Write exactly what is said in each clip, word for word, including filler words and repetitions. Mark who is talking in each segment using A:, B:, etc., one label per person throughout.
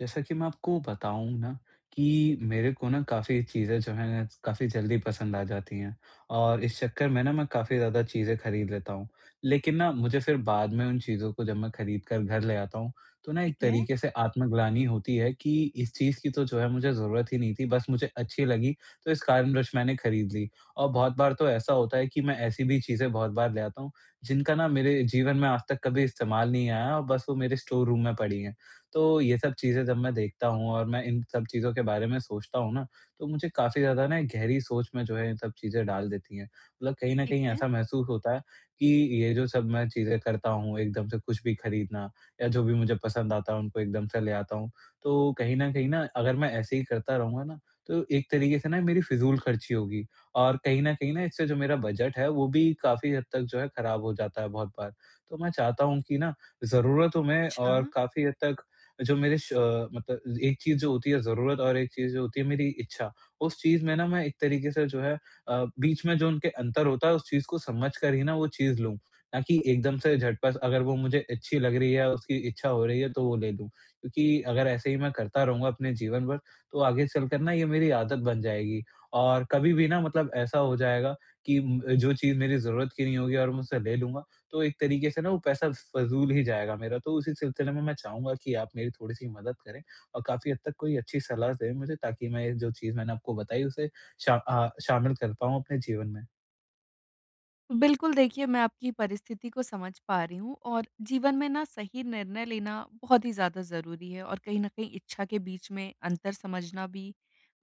A: जैसा कि मैं आपको बताऊँ ना कि मेरे को ना काफ़ी चीज़ें जो हैं ना काफ़ी जल्दी पसंद आ जाती हैं और इस चक्कर में ना मैं काफ़ी ज़्यादा चीज़ें खरीद लेता हूँ। लेकिन ना मुझे फिर बाद में उन चीज़ों को जब मैं खरीद कर घर ले आता हूँ, तो ना
B: ठीक
A: एक
B: है,
A: तरीके से आत्मग्लानि होती है कि इस चीज़ की तो जो है मुझे ज़रूरत ही नहीं थी, बस मुझे अच्छी लगी तो इस कारणवश मैंने खरीद ली। और बहुत बार तो ऐसा होता है कि मैं ऐसी भी चीज़ें बहुत बार ले आता हूँ, जिनका ना मेरे जीवन में आज तक कभी इस्तेमाल नहीं आया और बस वो मेरे स्टोर रूम में पड़ी हैं। तो ये सब चीज़ें जब मैं देखता हूँ और मैं इन सब चीज़ों के बारे में सोचता हूँ ना, तो मुझे काफ़ी ज़्यादा ना गहरी सोच में जो है ये सब चीज़ें डाल देती हैं। मतलब कहीं न
B: ठीक
A: कहीं
B: है।
A: ऐसा महसूस होता है कि ये जो सब मैं चीज़ें करता हूँ, एकदम से कुछ भी खरीदना या जो भी मुझे पसंद आता है उनको एकदम से ले आता हूँ। तो कहीं न कहीं ना अगर मैं ऐसे ही करता रहूँगा ना, तो एक तरीके से ना मेरी फिज़ूल खर्ची होगी और कहीं न कहीं ना इससे जो मेरा बजट है वो भी काफ़ी हद तक जो है खराब हो जाता है बहुत बार। तो मैं चाहता हूँ कि ना ज़रूरतों में
B: अच्छा।
A: और काफ़ी हद तक जो मेरे श अ, मतलब एक चीज़ जो होती है ज़रूरत और एक चीज़ जो होती है मेरी इच्छा, उस चीज़ में ना मैं एक तरीके से जो है अ, बीच में जो उनके अंतर होता है उस चीज़ को समझ कर ही ना वो चीज़ लूँ। ना कि एकदम से झटपट अगर वो मुझे अच्छी लग रही है, उसकी इच्छा हो रही है तो वो ले लूँ। क्योंकि अगर ऐसे ही मैं करता रहूँगा अपने जीवन भर तो आगे चलकर ना ये मेरी आदत बन जाएगी। और कभी भी ना मतलब ऐसा हो जाएगा कि उम, जो चीज़ मेरी ज़रूरत की नहीं होगी और मैं उसे ले लूँगा तो एक तरीके से ना वो पैसा फ़ज़ूल ही जाएगा मेरा। तो उसी सिलसिले में मैं चाहूँगा कि आप मेरी थोड़ी-सी मदद करें और काफ़ी हद तक कोई अच्छी सलाह दें मुझे ताकि मैं ये जो चीज़ मैंने आपको बताई उसे शा अ, शामिल कर पाऊँ अपने जीवन में।
B: बिल्कुल देखिए, मैं आपकी परिस्थिति को समझ पा रही हूँ और जीवन में ना सही निर्णय लेना बहुत ही ज़्यादा ज़रूरी है और कहीं न कहीं इच्छा के बीच में अंतर समझना भी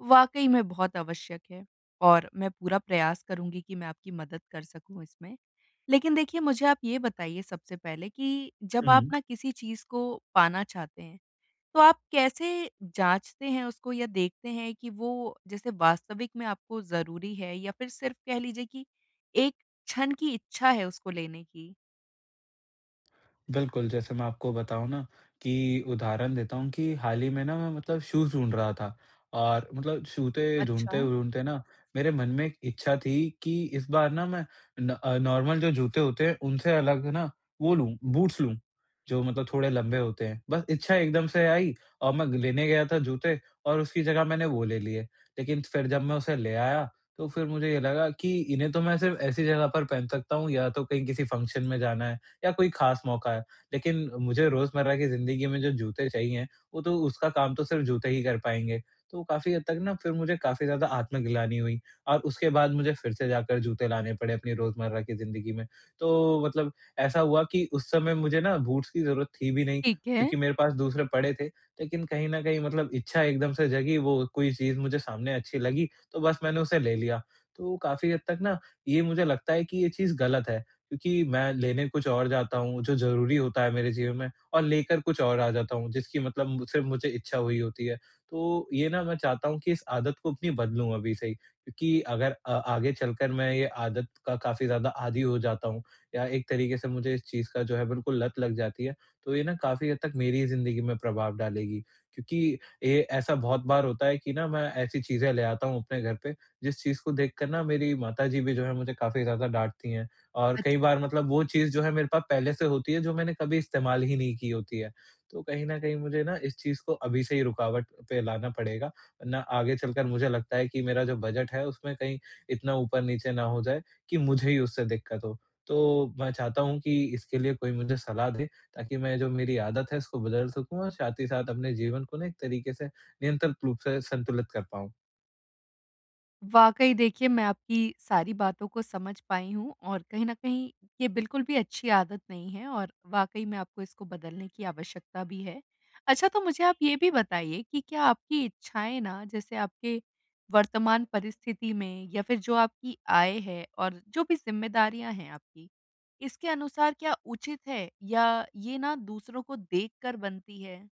B: वाक़ई में बहुत आवश्यक है। और मैं पूरा प्रयास करूँगी कि मैं आपकी मदद कर सकूँ इसमें। लेकिन देखिए, मुझे आप ये बताइए सबसे पहले कि जब आप
A: हुँ।
B: ना किसी चीज़ को पाना चाहते हैं, तो आप कैसे जाँचते हैं उसको या देखते हैं कि वो जैसे वास्तविक में आपको ज़रूरी है या फिर सिर्फ़ कह लीजिए कि एक क्षण की इच्छा है उसको लेने की?
A: बिल्कुल, जैसे मैं आपको बताऊँ ना कि उदाहरण देता हूँ कि हाल ही में ना मैं मतलब शूज़ ढूँढ रहा था और मतलब जूते
B: अच्छा,
A: ढूँढते-ढूँढते ना मेरे मन में एक इच्छा थी कि इस बार ना मैं न अ, नॉर्मल जो जूते होते हैं उनसे अलग ना वो लूँ, बूट्स लूँ, जो मतलब थोड़े लंबे होते हैं। बस इच्छा एकदम से आई और मैं लेने गया था जूते और उसकी जगह मैंने वो ले लिए। लेकिन फिर जब मैं उसे ले आया तो फिर मुझे ये लगा कि इन्हें तो मैं सिर्फ़ ऐसी जगह पर पहन सकता हूँ या तो कहीं किसी फ़ंक्शन में जाना है या कोई ख़ास मौका है। लेकिन मुझे रोज़मर्रा की ज़िंदगी में जो जूते चाहिए, वो तो उसका काम तो सिर्फ़ जूते ही कर पाएँगे। तो काफ़ी हद तक ना फिर मुझे काफ़ी ज़्यादा आत्मग्लानि हुई और उसके बाद मुझे फिर से जाकर जूते लाने पड़े अपनी रोज़मर्रा की ज़िंदगी में। तो मतलब ऐसा हुआ कि उस समय मुझे ना बूट्स की ज़रूरत थी भी नहीं
B: ठीक है।
A: क्योंकि मेरे पास दूसरे पड़े थे, लेकिन कहीं न कहीं मतलब इच्छा एकदम से जगी, वो कोई चीज़ मुझे सामने अच्छी लगी, तो बस मैंने उसे ले लिया। तो काफ़ी हद तक ना ये मुझे लगता है कि ये चीज़ गलत है। क्योंकि मैं लेने कुछ और जाता हूँ, जो ज़रूरी होता है मेरे जीवन में और लेकर कुछ और आ जाता हूँ, जिसकी मतलब सिर्फ़ मुझे इच्छा हुई होती है। तो ये ना मैं चाहता हूँ कि इस आदत को अपनी बदलूँ अभी से ही, क्योंकि अगर अ, आगे चलकर मैं ये आदत का काफ़ी ज़्यादा आदी हो जाता हूँ या एक तरीके से मुझे इस चीज़ का जो है बिल्कुल लत लग जाती है, तो ये ना काफ़ी हद तक मेरी ही ज़िंदगी में प्रभाव डालेगी। क्योंकि ये ऐसा बहुत बार होता है कि ना मैं ऐसी चीज़ें ले आता हूँ अपने घर पे, जिस चीज़ को देखकर ना मेरी माताजी भी जो है मुझे काफ़ी ज़्यादा डाँटती हैं और कई
B: अच्छा।
A: बार मतलब वो चीज़ जो है मेरे पास पहले से होती है जो मैंने कभी इस्तेमाल ही नहीं की होती है। तो कहीं न कहीं मुझे ना इस चीज़ को अभी से ही रुकावट पे लाना पड़ेगा, वरना आगे चलकर मुझे लगता है कि मेरा जो बजट है उसमें कहीं इतना ऊपर-नीचे ना हो जाए कि मुझे ही उससे दिक्कत हो। तो मैं चाहता हूँ कि इसके लिए कोई मुझे सलाह दे ताकि मैं जो मेरी आदत है उसको बदल सकूँ और साथ ही साथ अपने जीवन को ना एक तरीके से नियंत्रित रूप से संतुलित कर पाऊँ।
B: वाक़ई देखिए, मैं आपकी सारी बातों को समझ पाई हूँ और कहीं न कहीं ये बिल्कुल भी अच्छी आदत नहीं है और वाक़ई में आपको इसको बदलने की आवश्यकता भी है। अच्छा, तो मुझे आप ये भी बताइए कि क्या आपकी इच्छाएँ ना जैसे आपके वर्तमान परिस्थिति में या फिर जो आपकी आय है और जो भी ज़िम्मेदारियाँ हैं आपकी, इसके अनुसार क्या उचित है या ये ना दूसरों को देखकर बनती है?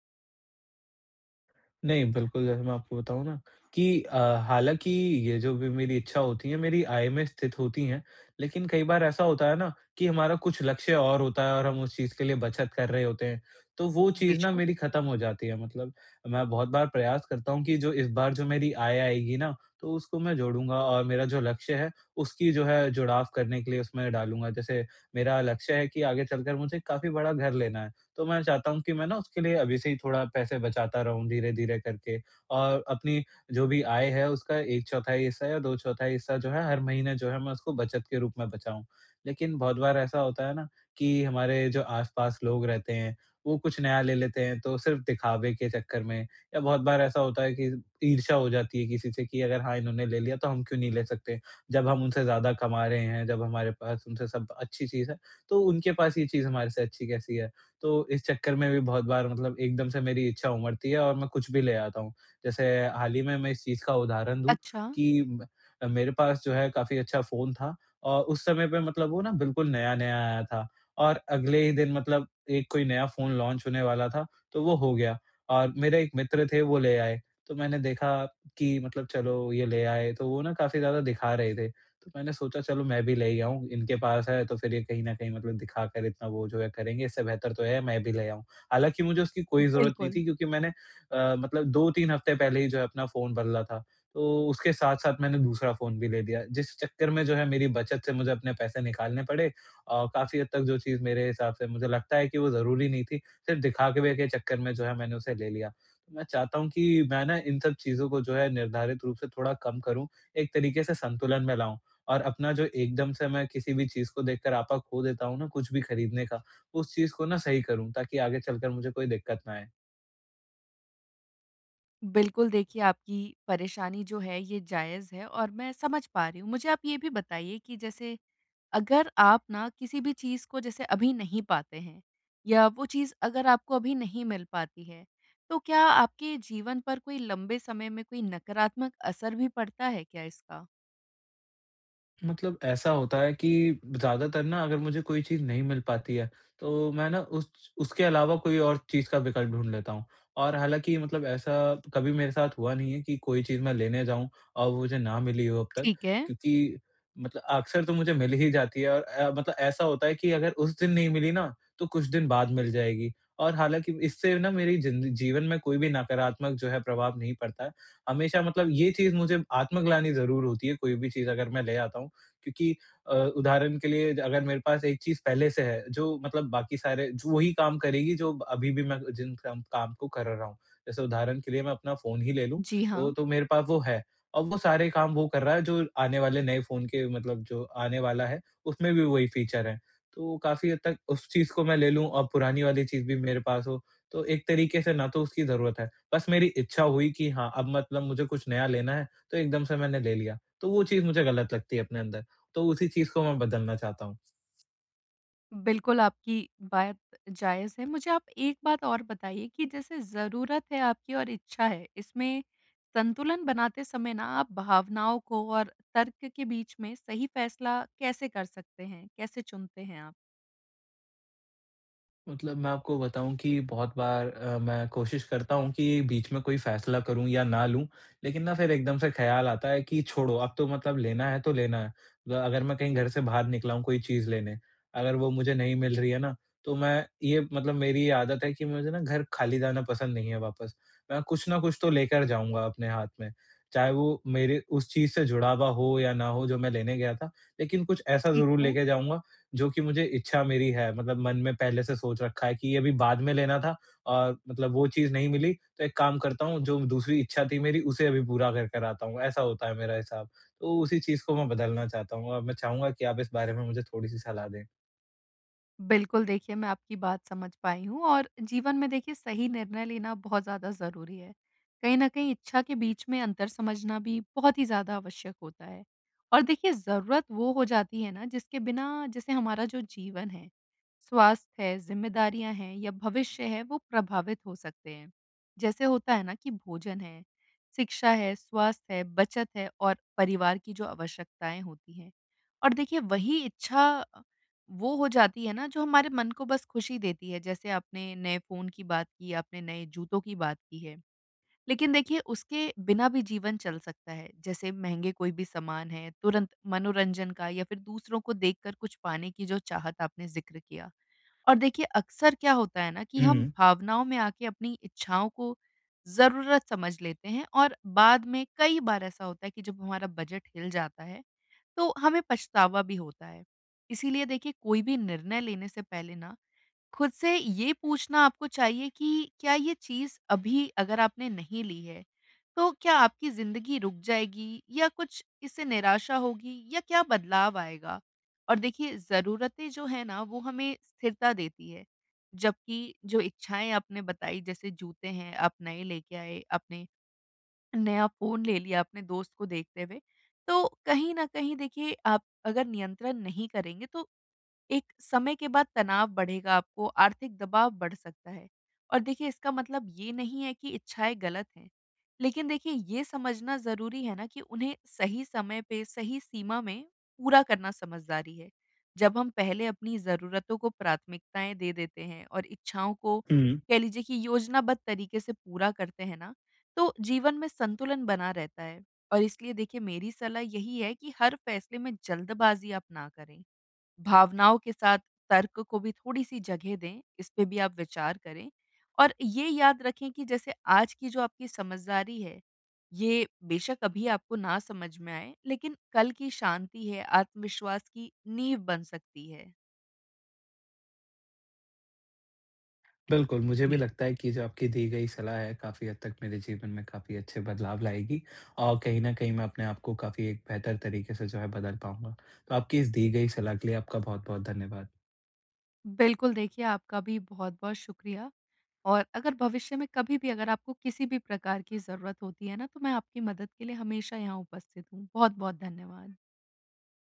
A: नहीं, बिल्कुल, जैसे मैं आपको बताऊँ ना कि अ, हालाँकि ये जो भी मेरी इच्छा होती है, मेरी आय में स्थित होती हैं, लेकिन कई बार ऐसा होता है ना कि हमारा कुछ लक्ष्य और होता है और हम उस चीज़ के लिए बचत कर रहे होते हैं, तो वो चीज़ ना
B: बेशक।
A: मेरी ख़त्म हो जाती है। मतलब मैं बहुत बार प्रयास करता हूँ कि जो इस बार जो मेरी आय आएगी ना, तो उसको मैं जोड़ूँगा और मेरा जो लक्ष्य है, उसकी जो है जुड़ाव करने के लिए उसमें डालूँगा। जैसे मेरा लक्ष्य है कि आगे चलकर मुझे काफ़ी बड़ा घर लेना है, तो मैं चाहता हूँ कि मैं ना उसके लिए अभी से ही थोड़ा पैसे बचाता रहूँ धीरे-धीरे करके और अपनी जो भी आय है उसका एक बटा चार हिस्सा या दो बटा चार हिस्सा जो है हर महीने जो है मैं उसको बचत के रूप में बचाऊँ। लेकिन बहुत बार ऐसा होता है ना कि हमारे जो आस-पास लोग रहते हैं, वो कुछ नया ले लेते हैं तो सिर्फ़ दिखावे के चक्कर में या बहुत बार ऐसा होता है कि ईर्ष्या हो जाती है किसी से कि अगर हाँ, इन्होंने ले लिया तो हम क्यों नहीं ले सकते? जब हम उनसे ज़्यादा कमा रहे हैं, जब हमारे पास उनसे सब अच्छी चीज़ है, तो उनके पास ये चीज़ हमारे से अच्छी कैसी है? तो इस चक्कर में भी बहुत बार मतलब एकदम से मेरी इच्छा उमड़ती है और मैं कुछ भी ले आता हूँ। जैसे हाल ही में मैं इस चीज़ का उदाहरण दूँ
B: अच्छा,
A: कि म अ, मेरे पास जो है काफ़ी अच्छा फ़ोन था और उस समय पे मतलब वो ना बिल्कुल नया-नया आया था और अगले ही दिन मतलब एक कोई नया फ़ोन लॉन्च होने वाला था, तो वो हो गया और मेरे एक मित्र थे वो ले आए। तो मैंने देखा कि मतलब चलो ये ले आए, तो वो ना काफ़ी ज़्यादा दिखा रहे थे। तो मैंने सोचा चलो मैं भी ले ही आऊँ, इनके पास है तो फिर ये कहीं न कहीं मतलब दिखाकर इतना वो जो है करेंगे, इससे बेहतर तो है मैं भी ले आऊँ। हालाँकि मुझे उसकी कोई ज़रूरत नहीं
B: बिल्कुल।
A: थी क्योंकि मैंने अ, मतलब दो-तीन हफ्ते पहले ही जो है अपना फ़ोन बदला था, तो उसके साथ-साथ मैंने दूसरा फ़ोन भी ले लिया, जिस चक्कर में जो है मेरी बचत से मुझे अपने पैसे निकालने पड़े और काफ़ी हद तक जो चीज़ मेरे हिसाब से मुझे लगता है कि वो ज़रूरी नहीं थी, सिर्फ़ दिखावे के चक्कर में जो है मैंने उसे ले लिया। तो मैं चाहता हूँ कि मैं ना इन सब चीज़ों को जो है निर्धारित रूप से थोड़ा कम करूँ, एक तरीके से संतुलन में लाऊँ। और अपना जो एकदम से मैं किसी भी चीज़ को देखकर आपा खो देता हूँ ना कुछ भी खरीदने का, उस चीज़ को ना सही करूँ ताकि आगे चलकर मुझे कोई दिक्कत ना आए।
B: बिल्कुल, देखिए आपकी परेशानी जो है ये जायज़ है और मैं समझ पा रही हूँ। मुझे आप ये भी बताइए कि जैसे अगर आप ना किसी भी चीज़ को जैसे अभी नहीं पाते हैं या वो चीज़ अगर आपको अभी नहीं मिल पाती है, तो क्या आपके जीवन पर कोई लंबे समय में कोई नकारात्मक असर भी पड़ता है क्या इसका?
A: मतलब ऐसा होता है कि ज़्यादातर ना अगर मुझे कोई चीज़ नहीं मिल पाती है, तो मैं ना उस उसके अलावा कोई और चीज़ का विकल्प ढूँढ लेता हूँ। और हालाँकि मतलब ऐसा कभी मेरे साथ हुआ नहीं है कि कोई चीज़ मैं लेने जाऊँ और वो मुझे ना मिली हो अब तक,
B: ठीक है।
A: क्योंकि मतलब अक्सर तो मुझे मिल ही जाती है और अ, मतलब ऐसा होता है कि अगर उस दिन नहीं मिली ना, तो कुछ दिन बाद मिल जाएगी। और हालाँकि इससे ना मेरी जिंद जीवन में कोई भी नकारात्मक जो है प्रभाव नहीं पड़ता है। हमेशा मतलब ये चीज़ मुझे आत्मग्लानि ज़रूर होती है, कोई भी चीज़ अगर मैं ले आता हूँ। क्योंकि अ, उदाहरण के लिए अगर मेरे पास एक चीज़ पहले से है, जो मतलब बाकी सारे जो वही काम करेगी जो अभी भी मैं जिन काम काम को कर रहा हूँ। जैसे उदाहरण के लिए मैं अपना फ़ोन ही ले लूँ,
B: जी, हाँ।
A: तो तो मेरे पास वो है और वो सारे काम वो कर रहा है जो आने वाले नए फ़ोन के मतलब जो आने वाला है, उसमें भी वही फ़ीचर है। तो काफ़ी हद तक उस चीज़ को मैं ले लूँ और पुरानी वाली चीज़ भी मेरे पास हो, तो एक तरीके से ना तो उसकी ज़रूरत है, बस मेरी इच्छा हुई कि हाँ, अब मतलब मुझे कुछ नया लेना है, तो एकदम से मैंने ले लिया। तो वो चीज़ मुझे गलत लगती है अपने अंदर। तो उसी चीज़ को मैं बदलना चाहता हूँ।
B: बिल्कुल, आपकी बात जायज़ है। मुझे आप एक बात और बताइए कि जैसे ज़रूरत है आपकी और इच्छा है, इसमें संतुलन बनाते समय ना आप भावनाओं को और तर्क के बीच में सही फैसला कैसे कर सकते हैं? कैसे चुनते हैं आप?
A: मतलब मैं आपको बताऊँ कि बहुत बार अ, मैं कोशिश करता हूँ कि बीच में कोई फ़ैसला करूँ या ना लूँ, लेकिन ना फिर एकदम से ख़्याल आता है कि छोड़ो अब तो मतलब लेना है तो लेना है। ग अगर मैं कहीं घर से बाहर निकला हूँ कोई चीज़ लेने, अगर वो मुझे नहीं मिल रही है ना, तो मैं ये मतलब मेरी ये आदत है कि मुझे ना घर खाली जाना पसंद नहीं है वापस। मैं कुछ ना कुछ तो लेकर जाऊँगा अपने हाथ में, चाहे वो मेरे उस चीज़ से जुड़ा हुआ हो या ना हो जो मैं लेने गया था, लेकिन कुछ ऐसा
B: ठीक
A: ज़रूर
B: है।
A: लेके जाऊँगा जो कि मुझे इच्छा मेरी है मतलब मन में पहले से सोच रखा है कि ये अभी बाद में लेना था और मतलब वो चीज़ नहीं मिली तो एक काम करता हूँ जो दूसरी इच्छा थी मेरी उसे अभी पूरा कर कर आता हूँ, ऐसा होता है मेरा हिसाब। तो उसी चीज़ को मैं बदलना चाहता हूँ और मैं चाहूँगा कि आप इस बारे में मुझे थोड़ी-सी सलाह दें।
B: बिल्कुल, देखिए मैं आपकी बात समझ पाई हूँ और जीवन में देखिए सही निर्णय लेना बहुत ज़्यादा ज़रूरी है। कहीं न कहीं इच्छा के बीच में अंतर समझना भी बहुत ही ज़्यादा आवश्यक होता है। और देखिए ज़रूरत वो हो जाती है ना जिसके बिना जैसे हमारा जो जीवन है, स्वास्थ्य है, ज़िम्मेदारियाँ हैं या भविष्य है, वो प्रभावित हो सकते हैं। जैसे होता है ना कि भोजन है, शिक्षा है, स्वास्थ्य है, बचत है और परिवार की जो आवश्यकताएँ होती हैं। और देखिए वही इच्छा वो हो जाती है ना जो हमारे मन को बस खुशी देती है, जैसे आपने नए फ़ोन की बात की, आपने नए जूतों की बात की है। लेकिन देखिए उसके बिना भी जीवन चल सकता है, जैसे महँगे कोई भी सामान है, तुरंत मनोरंजन का या फिर दूसरों को देखकर कुछ पाने की जो चाहत आपने ज़िक्र किया। और देखिए अक्सर क्या होता है ना कि हम
A: हुँ,
B: भावनाओं में आके अपनी इच्छाओं को ज़रूरत समझ लेते हैं और बाद में कई बार ऐसा होता है कि जब हमारा बजट हिल जाता है, तो हमें पछतावा भी होता है। इसीलिए देखिए कोई भी निर्णय लेने से पहले ना खुद से ये पूछना आपको चाहिए कि क्या ये चीज़ अभी अगर आपने नहीं ली है, तो क्या आपकी ज़िंदगी रुक जाएगी या कुछ इससे निराशा होगी या क्या बदलाव आएगा? और देखिए ज़रूरतें जो हैं ना वो हमें स्थिरता देती है। जबकि जो इच्छाएँ आपने बताई, जैसे जूते हैं आप नए लेके आए, आपने नया फ़ोन ले लिया अपने दोस्त को देखते हुए, तो कहीं न कहीं देखिए आप अगर नियंत्रण नहीं करेंगे, तो एक समय के बाद तनाव बढ़ेगा आपको, आर्थिक दबाव बढ़ सकता है। और देखिए इसका मतलब ये नहीं है कि इच्छाएँ गलत हैं। लेकिन देखिए ये समझना ज़रूरी है ना कि उन्हें सही समय पे, सही सीमा में पूरा करना समझदारी है। जब हम पहले अपनी ज़रूरतों को प्राथमिकताएँ दे देते हैं और इच्छाओं को
A: हुँ।
B: कह लीजिए कि योजनाबद्ध तरीके से पूरा करते हैं ना, तो जीवन में संतुलन बना रहता है। और इसलिए देखिए मेरी सलाह यही है कि हर फैसले में जल्दबाज़ी आप ना करें। भावनाओं के साथ तर्क को भी थोड़ी-सी जगह दें, इस पे भी आप विचार करें। और ये याद रखें कि जैसे आज की जो आपकी समझदारी है, ये बेशक अभी आपको ना समझ में आए, लेकिन कल की शांति है, आत्मविश्वास की नींव बन सकती है।
A: बिल्कुल, मुझे भी
B: जी।
A: लगता है कि जो आपकी दी गई सलाह है काफ़ी हद तक मेरे जीवन में काफ़ी अच्छे बदलाव लाएगी और कहीं न कहीं मैं अपने आप को काफ़ी एक बेहतर तरीके से जो है बदल पाऊँगा। तो आपकी इस दी गई सलाह के लिए आपका बहुत-बहुत धन्यवाद।
B: बिल्कुल, देखिए आपका भी बहुत-बहुत शुक्रिया। और अगर भविष्य में कभी भी अगर आपको किसी भी प्रकार की ज़रूरत होती है ना, तो मैं आपकी मदद के लिए हमेशा यहाँ उपस्थित हूँ। बहुत-बहुत धन्यवाद।